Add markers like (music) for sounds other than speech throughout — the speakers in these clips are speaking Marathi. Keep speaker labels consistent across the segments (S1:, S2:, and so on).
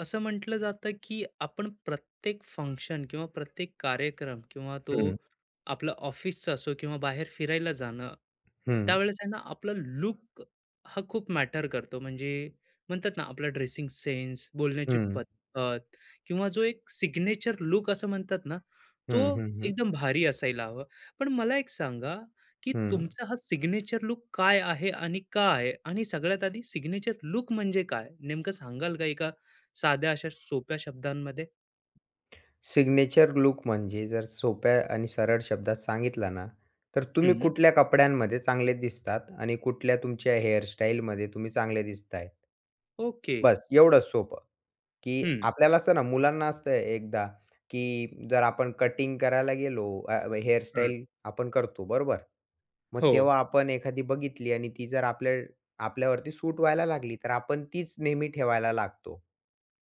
S1: असं म्हटलं जातं की आपण प्रत्येक फंक्शन किंवा प्रत्येक कार्यक्रम किंवा तो
S2: हं,
S1: आपला ऑफिसचा असो किंवा बाहेर फिरायला जाणं
S2: हं,
S1: त्यावेळेस आहे ना आपला लुक हा खूप मॅटर करतो म्हणजे म्हणतात ना आपला ड्रेसिंग सेन्स बोलण्याची
S2: हं,
S1: पद्धत किंवा जो एक सिग्नेचर लुक असं म्हणतात ना तो
S2: हं, हं, हं,
S1: एकदम भारी असायला हवा. पण मला एक सांगा की
S2: हं.
S1: तुमचा हा सिग्नेचर लुक काय आहे आणि का आहे आणि सगळ्यात आधी सिग्नेचर लुक म्हणजे काय नेमकं सांगाल का एका साध्या अशा सोप्या शब्दांमध्ये?
S2: सिग्नेचर लूक म्हणजे जर सोप्या आणि सरळ शब्दात सांगितला ना, तर तुम्ही
S1: हं.
S2: कुठल्या कपड्यांमध्ये चांगले दिसतात आणि कुठल्या तुमच्या हेअरस्टाईलमध्ये तुम्ही चांगले दिसतायत?
S1: ओके.
S2: बस एवढंच सोपं. की
S1: हं.
S2: आपल्याला असतं ना, मुलांना असतं एकदा, की जर आपण कटिंग करायला गेलो,
S1: हं.
S2: हेअरस्टाईल आपण करतो, बरोबर? मग
S1: हो,
S2: तेव्हा आपण एखादी बघितली आणि ती जर आपल्यावरती सूट व्हायला लागली, तर आपण तीच नेहमी ठेवायला लागतो.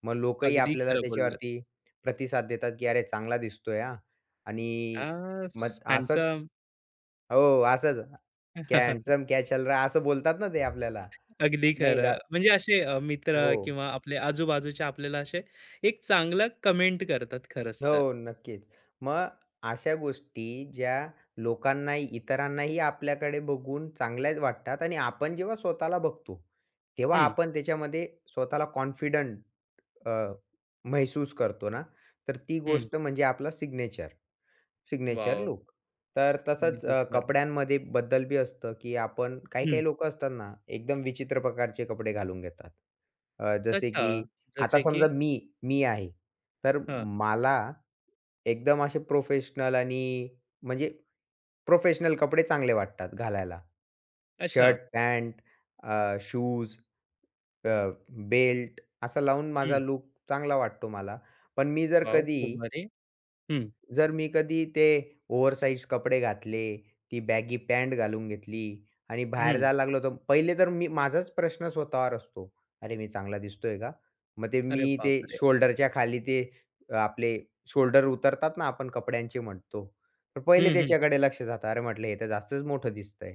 S2: मग लोकही
S1: अगदी
S2: आपल्याला
S1: खरं बोललात.
S2: त्याच्यावरती प्रतिसाद देतात, की "अरे, चांगला दिसतोय हां." आणि
S1: आ,
S2: मग असंच
S1: हँडसम.
S2: हो, असंच "क्या हँडसम,
S1: (laughs)
S2: क्या चल रहा है?" असं बोलतात ना ते आपल्याला.
S1: अगदी
S2: नाही दा
S1: खरं. म्हणजे असे मित्र
S2: हो.
S1: किंवा आपले आजूबाजूचे आपल्याला असे एक चांगलं कमेंट करतात खरंच तर.
S2: हो, नक्कीच. मग अशा गोष्टी ज्या लोकांनाही, इतरांनाही आपल्याकडे बघून चांगल्याच वाटतात आणि आपण जेव्हा स्वतःला बघतो, तेव्हा
S1: हं,
S2: आपण त्याच्यामध्ये स्वतःला कॉन्फिडंट अ, महसूस करतो ना, तर ती
S1: हं.
S2: गोष्ट म्हणजे आपला सिग्नेचर
S1: वॉव!
S2: लूक. तर तसंच
S1: अगदी खरं.
S2: कपड्यांमध्ये बद्दल बी असतं, की आपण
S1: हं.
S2: काही-काही लोक असतात ना, एकदम विचित्र प्रकारचे कपडे घालून घेतात. जसे
S1: अच्छा,
S2: की आता
S1: जसे की
S2: समजा मी मी आहे. तर
S1: हां,
S2: मला एकदम असे प्रोफेशनल आणि म्हणजे प्रोफेशनल कपडे चांगले वाटतात घालायला.
S1: अच्छा.
S2: शर्ट, पॅन्ट, शूज, बेल्ट असा लावून माझा
S1: हं.
S2: लूक चांगला वाटतो मला. पण मी जर
S1: वॉव! खूप
S2: कधी
S1: भारी. हं.
S2: जर मी कधी ते ओव्हरसाइज कपडे घातले, ती बॅगी पॅन्ट घालून घेतली आणि बाहेर
S1: हं.
S2: जायला लागलो, तर पहिले तर मी माझाच प्रश्न स्वतःवर असतो. "अरे, मी चांगला दिसतोय का?" मग ते मी
S1: अरे
S2: ते
S1: बापरे!
S2: शोल्डरच्या खाली ते आपले शोल्डर उतरतात ना, आपण कपड्यांचे म्हणतो. तर पहिले
S1: हं, हं.
S2: त्याच्याकडे लक्ष जातं. "अरे," म्हटलं, "हे तर जास्तच मोठं दिसतंय."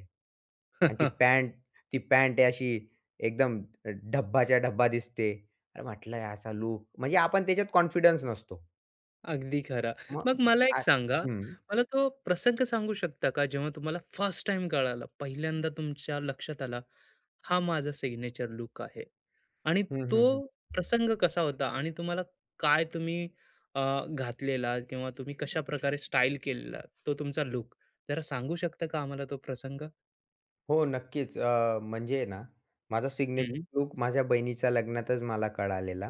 S2: आणि ती
S1: (laughs)
S2: पॅन्ट ती पॅन्ट आहे अशी एकदम डब्बाच्या डब्बा दिसते. अरे, म्हटलं, "असा लूक" म्हणजे आपण त्याच्यात कॉन्फिडन्स नसतो.
S1: अगदी खरा.
S2: मग
S1: मग हं. मला एक
S2: आ
S1: सांगा,
S2: हं.
S1: मला तो प्रसंग सांगू शकता का जेव्हा तुम्हाला फर्स्ट टाईम कळालं, पहिल्यांदा तुमच्या लक्षात आला, हा माझा सिग्नेचर लूक आहे आणि
S2: हं,
S1: तो
S2: हं, हं.
S1: प्रसंग कसा होता आणि तुम्हाला काय तुम्ही अ, घातलेला किंवा तुम्ही कशाप्रकारे स्टाईल केलेला तो तुमचा लूक जरा सांगू शकता का आम्हाला तो प्रसंग?
S2: हो, नक्कीच. म्हणजे ना, माझा
S1: हं.
S2: सिग्नेचर लूक माझ्या बहिणीच्या लग्नातच मला कळालेला,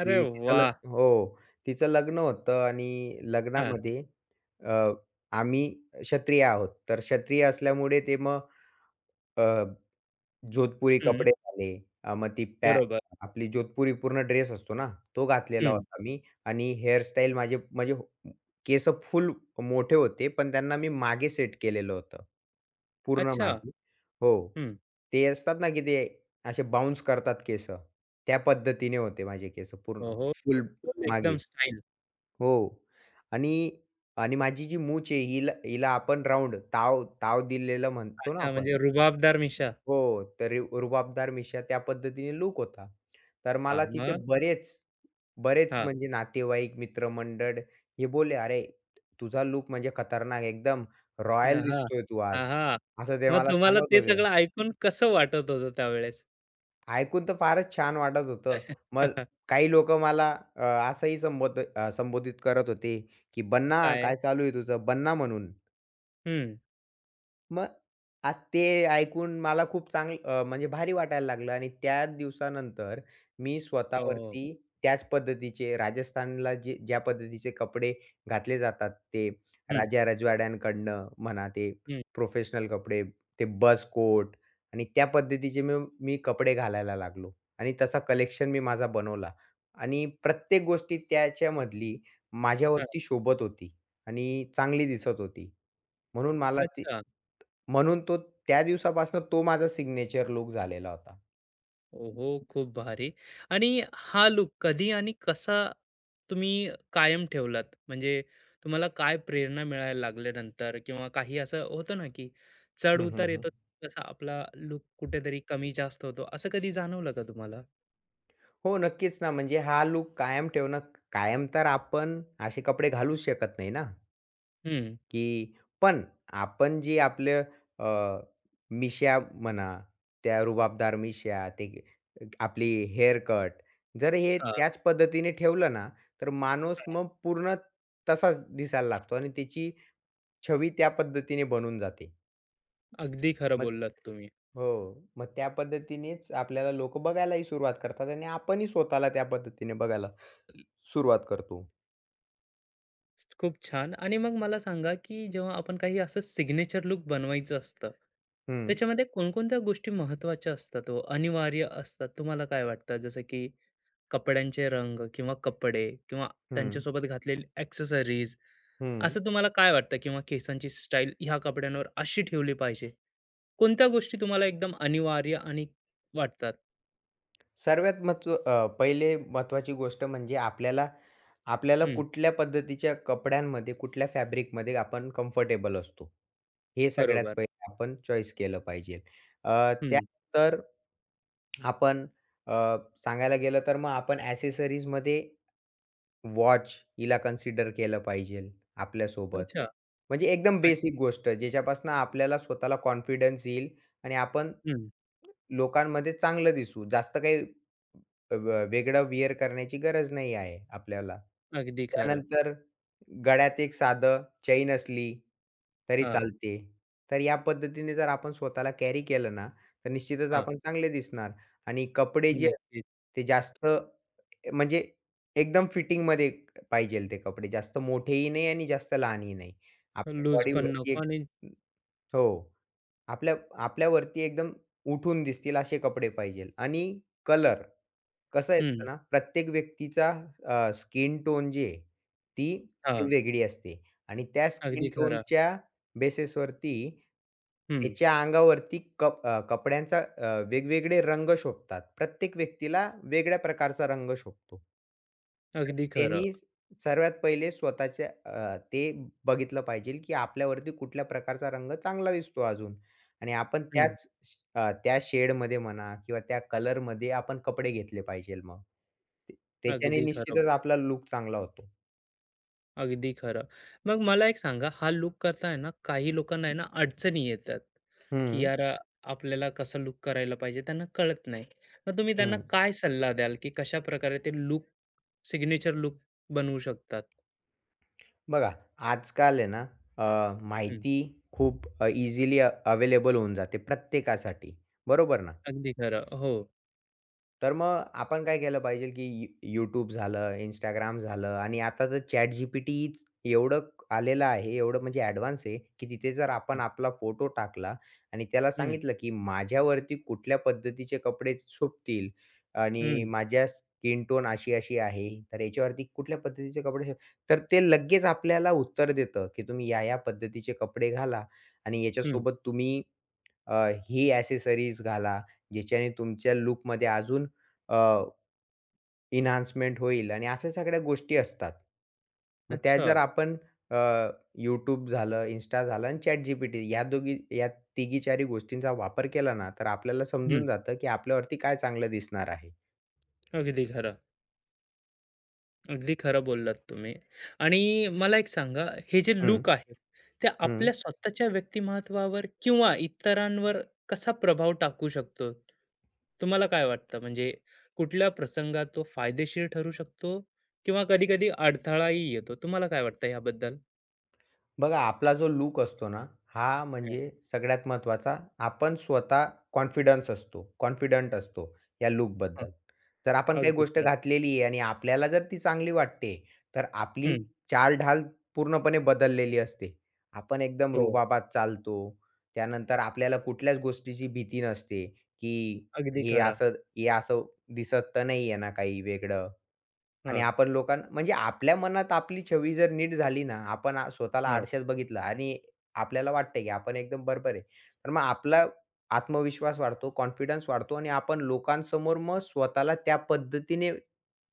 S1: अरे
S2: तिचं
S1: वाह!
S2: लग्न हो, तिचं लग्न होतं आणि
S1: हां.
S2: लग्नामध्ये अ, आम्ही क्षत्रिय आहोत. तर क्षत्रिय असल्यामुळे ते मग अ, जोधपुरी
S1: हं.
S2: कपडे झाले. मग ती पॅ
S1: बरोबर.
S2: आपली जोधपुरी पूर्ण ड्रेस असतो ना, तो घातलेला
S1: हं.
S2: होता मी आणि हेअरस्टाईल माझे म्हणजे केस फुल मोठे होते, पण त्यांना मी मागे सेट केलेलं होतं. पूर्ण
S1: अच्छा.
S2: मागे. हो.
S1: हं.
S2: ते असतात ना, की ते असे बाउन्स करतात केस. त्या पद्धतीने होते माझे केस पूर्ण
S1: ओहो!
S2: फुल
S1: एकदम
S2: मागे.
S1: स्टाईल.
S2: हो. आणि आणि माझी जी मूछ आहे हिला हिला आपण राउंड ताव ताव दिलेलं म्हणतो ना
S1: अच्छा
S2: आपण.
S1: म्हणजे रुबाबदार मिशा.
S2: हो, तर रुबाबदार मिश्या त्या पद्धतीने लूक होता. तर
S1: हां,
S2: मला तिथे
S1: मग?
S2: बरेच, बरेच
S1: हां.
S2: म्हणजे नातेवाईक, मित्रमंडळ हे बोलले, "अरे, तुझा लूक म्हणजे खतरनाक एकदम
S1: न
S2: रॉयल
S1: हां.
S2: दिसतोय तू आज."
S1: हां, हां.
S2: असं ते
S1: मग
S2: मला
S1: तुम्हाला
S2: सांगत
S1: ते
S2: होते.
S1: सगळं ऐकून कसं वाटत होतं त्यावेळेस?
S2: ऐकून तर फारच छान वाटत होतं. मग
S1: (laughs)
S2: काही लोकं मला अ, असंही संबोधित करत होते, की
S1: हे
S2: "बन्ना,
S1: काय?
S2: काय चालू आहे तुझं? बन्ना" म्हणून.
S1: हं.
S2: मग आज ते ऐकून मला खूप चांगलं म्हणजे भारी वाटायला लागलं आणि त्या दिवसानंतर मी
S1: हो, हो.
S2: स्वतःवरती त्याच पद्धतीचे राजस्थानला जे ज्या पद्धतीचे कपडे घातले जातात, ते
S1: हं,
S2: राजा रजवाड्यांकडनं म्हणा, ते
S1: हं.
S2: प्रोफेशनल कपडे, ते बस कोट आणि त्या पद्धतीचे मी मी कपडे घालायला लागलो आणि तसा कलेक्शन मी माझा बनवला आणि प्रत्येक गोष्टी त्याच्यामधली माझ्यावरती शोभत होती आणि चांगली दिसत होती. म्हणून मला ती
S1: अच्छा.
S2: म्हणून तो त्या दिवसापासून तो माझा सिग्नेचर लूक झालेला होता.
S1: ओहो! खूप भारी. आणि हा लूक कधी आणि कसा तुम्ही कायम ठेवलात? म्हणजे तुम्हाला काय प्रेरणा मिळायला लागल्यानंतर किंवा काही असं होतं ना, की
S2: हं, हं,
S1: चढ-उतार
S2: हं.
S1: येतो तसा आपला लुक कुठेतरी कमी जास्त होतो, असं कधी जाणवलं का तुम्हाला?
S2: हो, नक्कीच ना. म्हणजे हा लूक कायम ठेवणं कायम तर आपण असे कपडे घालूच शकत नाही ना,
S1: हं.
S2: की पण आपण जे आपलं अ, मिश्या म्हणा, त्या रुबाबदार मिश्या, ते आपली हेअर कट, जर हे
S1: हां,
S2: त्याच पद्धतीने ठेवलं ना, तर माणूस
S1: हां.
S2: मग पूर्ण तसाच दिसायला लागतो आणि त्याची छवी त्या पद्धतीने बनून जाते.
S1: अगदी खरं
S2: मग
S1: बोललात तुम्ही.
S2: हो. मग त्या पद्धतीनेच आपल्याला लोकं बघायलाही सुरुवात करतात आणि आपणही स्वतःला त्या पद्धतीने बघायला सुरुवात करतो.
S1: खूप छान. आणि मग मला सांगा, की जेव्हा आपण काही असं सिग्नेचर लुक बनवायचं असतं,
S2: हं,
S1: त्याच्यामध्ये कोणकोणत्या गोष्टी महत्त्वाच्या असतात हो, अनिवार्य असतात? तुम्हाला काय वाटतं? जसं की कपड्यांचे रंग किंवा कपडे किंवा
S2: हं,
S1: त्यांच्यासोबत घातलेली एक्सेसरीज
S2: हं.
S1: असं तुम्हाला काय वाटतं? किंवा केसांची स्टाईल ह्या कपड्यांवर अशी ठेवली पाहिजे. कोणत्या गोष्टी तुम्हाला एकदम अनिवार्य आणि वाटतात?
S2: सर्वात पहिले महत्त्वाची गोष्ट म्हणजे आपल्याला आपल्याला
S1: हं,
S2: कुठल्या पद्धतीच्या कपड्यांमध्ये, कुठल्या फॅब्रिकमध्ये आपण कम्फर्टेबल असतो. हे सगळ्यात
S1: बरोबर.
S2: पहिले आपण चॉईस केलं पाहिजे.
S1: हं.
S2: त्यानंतर आपण अ, सांगायला गेलं तर मग आपण ॲसेसरीजमध्ये वॉच हिला कन्सिडर केलं पाहिजेल आपल्यासोबत.
S1: अच्छा.
S2: म्हणजे एकदम
S1: आणि
S2: बेसिक गोष्ट ज्याच्यापासून आपल्याला स्वतःला कॉन्फिडन्स येईल आणि आपण
S1: हं.
S2: लोकांमध्ये चांगलं दिसू. जास्त काही अ, व वेगळं वेअर करण्याची गरज नाही आहे आपल्याला.
S1: अगदी खरं.
S2: त्यानंतर गळ्यात एक साधं चैन असली तरी
S1: हां,
S2: चालते. तर या पद्धतीने जर आपण स्वतःला कॅरी केलं ना, तर निश्चितच
S1: हां.
S2: आपण चांगले दिसणार आणि कपडे जे
S1: नक्की.
S2: ते जास्त म्हणजे एकदम फिटिंगमध्ये पाहिजेल ते कपडे. जास्त मोठेही नाही आणि जास्त लहानही नाही. आपल्या
S1: लूज पण
S2: बॉडीवरती
S1: नको
S2: एक
S1: आणि
S2: हो. आपल्या आपल्यावरती एकदम उठून दिसतील असे कपडे पाहिजेल आणि कलर कसं
S1: हं,
S2: असतं ना, प्रत्येक व्यक्तीचा स्किन टोन जी आहे, ती
S1: हां,
S2: वेगळी असते आणि त्या स्किन
S1: अगदी खरं.
S2: टोनच्या बेसिसवरती
S1: हं,
S2: त्याच्या अंगावरती कपड्यांचा वेगवेगळे रंग शोभतात. प्रत्येक व्यक्तीला वेगळ्या प्रकारचा रंग शोभतो. तर
S1: अगदी खरं.
S2: त्यांनी सर्वात पहिले स्वतःच्या ते बघितलं पाहिजे, की आपल्यावरती कुठल्या प्रकारचा रंग चांगला दिसतो अजून. आणि आपण
S1: हं,
S2: त्या शेडमध्ये म्हणा किंवा त्या कलरमध्ये आपण कपडे घेतले पाहिजेल मग. ते त्याच्याने
S1: अगदी खरं.
S2: निश्चितच
S1: बो-
S2: आपला लूक चांगला होतो.
S1: अगदी खरं. मग मला एक सांगा, हा लूक करताना ना काही लोकांना आहे ना अडचणी येतात, की
S2: हं,
S1: यार आपल्याला कसा लूक करायला पाहिजे त्यांना कळत नाही. मग तुम्ही त्यांना
S2: हं.
S1: काय सल्ला द्याल, की कशाप्रकारे ते लूक सिग्नेचर लूक बनवू शकतात?
S2: बघा आजकाल आहे ना अ,
S1: हं,
S2: माहिती खूप इझिली अवेलेबल होऊन जाते प्रत्येकासाठी. बरोबर ना?
S1: अगदी खरं. हो.
S2: तर मग आपण काय केलं पाहिजे, की YouTube झालं, Instagram झालं आणि आता तर चॅट जीपीटी एवढं आलेलं आहे, एवढं म्हणजे ॲडव्हान्स आहे, की तिथे जर
S1: हं.
S2: आपण आपला फोटो टाकला आणि त्याला
S1: हं,
S2: सांगितलं, की माझ्यावरती कुठल्या पद्धतीचे कपडे शोभतील आणि
S1: हं,
S2: माझ्या स्किन टोन अशी-अशी आहे, तर याच्यावरती कुठल्या पद्धतीचे कपडे शो तर ते लगेच आपल्याला उत्तर देतं, की तुम्ही या-या पद्धतीचे कपडे घाला आणि याच्यासोबत तुम्ही अ, ही ॲक्सेसरीज घाला, ज्याच्याने तुमच्या लूकमध्ये अजून अ, एन्हान्समेंट होईल आणि अशा सगळ्या गोष्टी असतात. मग त्या
S1: अच्छा.
S2: जर आपण अ, YouTube झालं, Insta झालं आणि ChatGPT या दोघी या तिघी चारी गोष्टींचा वापर केला ना, तर आपल्याला
S1: हं,
S2: समजून जातं, की आपल्यावरती काय चांगलं दिसणार आहे.
S1: अगदी खरं. अगदी खरं बोललात तुम्ही. आणि मला एक सांगा, हे जे
S2: हं,
S1: लूक आहे, ते
S2: हं.
S1: आपल्या स्वतःच्या व्यक्तिमत्त्वावर किंवा इतरांवर कसा प्रभाव टाकू शकतो? तुम्हाला काय वाटतं? म्हणजे कुठल्या प्रसंगात तो फायदेशीर ठरू शकतो किंवा कधी-कधी अडथळाही येतो. तुम्हाला काय वाटतं याबद्दल?
S2: बघा आपला जो लूक असतो ना, हा
S1: हं,
S2: म्हणजे सगळ्यात महत्त्वाचा आपण स्वतः कॉन्फिडन्स असतो, कॉन्फिडंट असतो या
S1: हं.
S2: लूकबद्दल. जर आपण काही
S1: अगदी
S2: गोष्ट
S1: खरं.
S2: घातलेली आहे आणि आपल्याला जर ती चांगली वाटते, तर आपली
S1: हं.
S2: चालढाल पूर्णपणे बदललेली असते. आपण एकदम
S1: हो,
S2: रुबाबात चालतो. त्यानंतर आपल्याला कुठल्याच गोष्टीची भीती नसते, की
S1: अगदी
S2: हे
S1: खरं.
S2: असं हे असं दिसत तर नाही आहे ना काही वेगळं आणि
S1: हां,
S2: आपण म्हणजे आपल्या मनात आपली छवी जर नीट झाली ना, आपण स्वतःला
S1: हां.
S2: आरशात बघितलं आणि आपल्याला वाटतंय की आपण एकदम बरोबर आहे. तर मग आपला आत्मविश्वास वाढतो, कॉन्फिडन्स वाढतो आणि आपण लोकांसमोर मग स्वतःला त्या पद्धतीने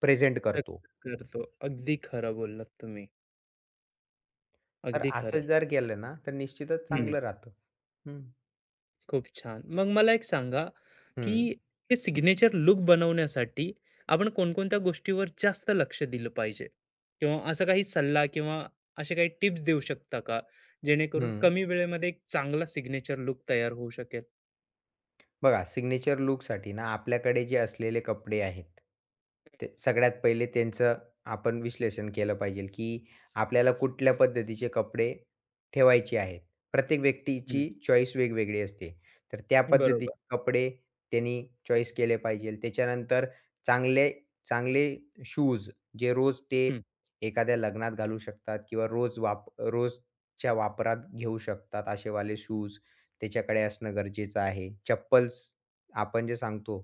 S2: प्रेझेंट करतो.
S1: व्यक्त करतो. अगदी खरं बोललात तुम्ही.
S2: तर
S1: अगदी
S2: असं
S1: खरं.
S2: जर केलं ना, तर निश्चितच
S1: हं.
S2: चांगलं राहतं. हं,
S1: खूप छान. मग मला एक सांगा, की
S2: हं,
S1: हे सिग्नेचर लूक बनवण्यासाठी आपण कोणकोणत्या गोष्टीवर जास्त लक्ष दिलं पाहिजे? किंवा असा काही सल्ला किंवा असे काही टिप्स देऊ शकता का? जेणेकरून
S2: हं.
S1: कमी वेळेमध्ये एक चांगला सिग्नेचर लूक तयार होऊ शकेल?
S2: बघा, सिग्नेचर लूकसाठी ना आपल्याकडे जे असलेले कपडे आहेत, ते सगळ्यात पहिले त्यांचं आपण विश्लेषण केलं पाहिजे, की आपल्याला कुठल्या पद्धतीचे कपडे ठेवायचे आहेत. प्रत्येक
S1: हं,
S2: व्यक्तीची चॉईस वेगवेगळी असते. तर त्या
S1: हं.
S2: पद्धतीचे
S1: बरोबर.
S2: कपडे त्यांनी चॉईस केले पाहिजे. त्याच्यानंतर चांगले चांगले शूज जे रोज ते
S1: हं,
S2: एखाद्या लग्नात घालू शकतात किंवा रोज रोजच्या वापरात घेऊ शकतात असेवाले शूज. त्याच्याकडे असणं गरजेचं आहे. चप्पल्स आपण जे सांगतो,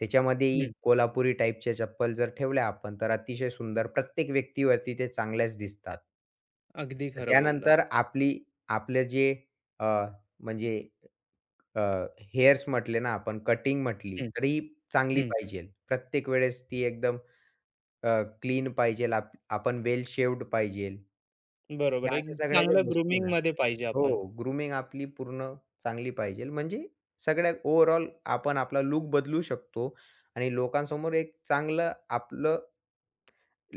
S2: त्याच्यामध्येही
S1: हं.
S2: कोल्हापुरी टाईपच्या चप्पल जर ठेवल्या आपण, तर अतिशय सुंदर प्रत्येक व्यक्तीवरती ते चांगल्याच दिसतात.
S1: अगदी खरं बोललात.
S2: त्यानंतर आपलं जे अ, म्हणजे अ, हेअर्स म्हटले ना आपण, कटिंग म्हटली,
S1: हं,
S2: तर ही चांगली
S1: हं.
S2: पाहिजेल. प्रत्येक वेळेस ती एकदम क्लीन पाहिजेल. आपण वेल शेव्हड पाहिजेल.
S1: बरोबर.
S2: ह्या
S1: एक
S2: अशा सगळ्या ज्या
S1: चांगलं
S2: गोष्टी ना
S1: ग्रूमिंगमध्ये पाहिजे
S2: हो,
S1: आपण.
S2: ग्रूमिंग आपली पूर्ण चांगली पाहिजे. म्हणजे सगळ्या ओव्हरऑल आपण आपला लूक बदलू शकतो आणि लोकांसमोर एक चांगलं आपलं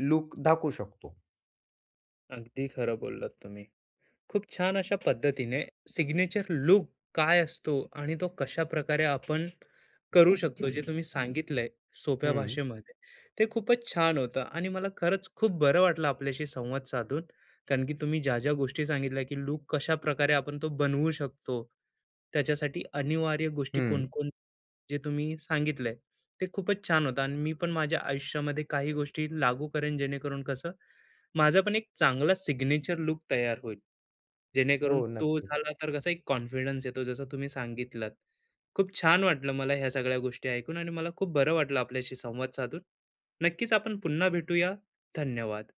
S2: लूक दाखवू शकतो.
S1: अगदी खरं बोललात तुम्ही. खूप छान अशा पद्धतीने सिग्नेचर लुक काय असतो आणि तो कशा प्रकारे आपण करू शकतो जे तुम्ही सांगितलंय सोप्या
S2: हं,
S1: भाषेमध्ये ते खूपच छान होतं आणि मला खरंच खूप बरं वाटलं आपल्याशी संवाद साधून कारण की तुम्ही ज्या ज्या गोष्टी सांगितल्या की लुक कशा प्रकारे आपण तो बनवू शकतो त्याच्यासाठी अनिवार्य गोष्टी
S2: हं.
S1: कोणकोण जे तुम्ही सांगितलंय ते खूपच छान होतं आणि मी पण माझ्या आयुष्यामध्ये काही गोष्टी लागू करेन जेणेकरून कसं माझा पण एक चांगला सिग्नेचर लूक तयार होईल.
S2: हो,
S1: जेणेकरून तो
S2: नक्कीच.
S1: झाला तर कसा एक कॉन्फिडन्स येतो जसं तुम्ही सांगितलात. खूप छान वाटलं मला ह्या सगळ्या गोष्टी ऐकून आणि मला खूप बरं वाटलं आपल्याशी संवाद साधून. नक्कीच आपण पुन्हा भेटूया. धन्यवाद.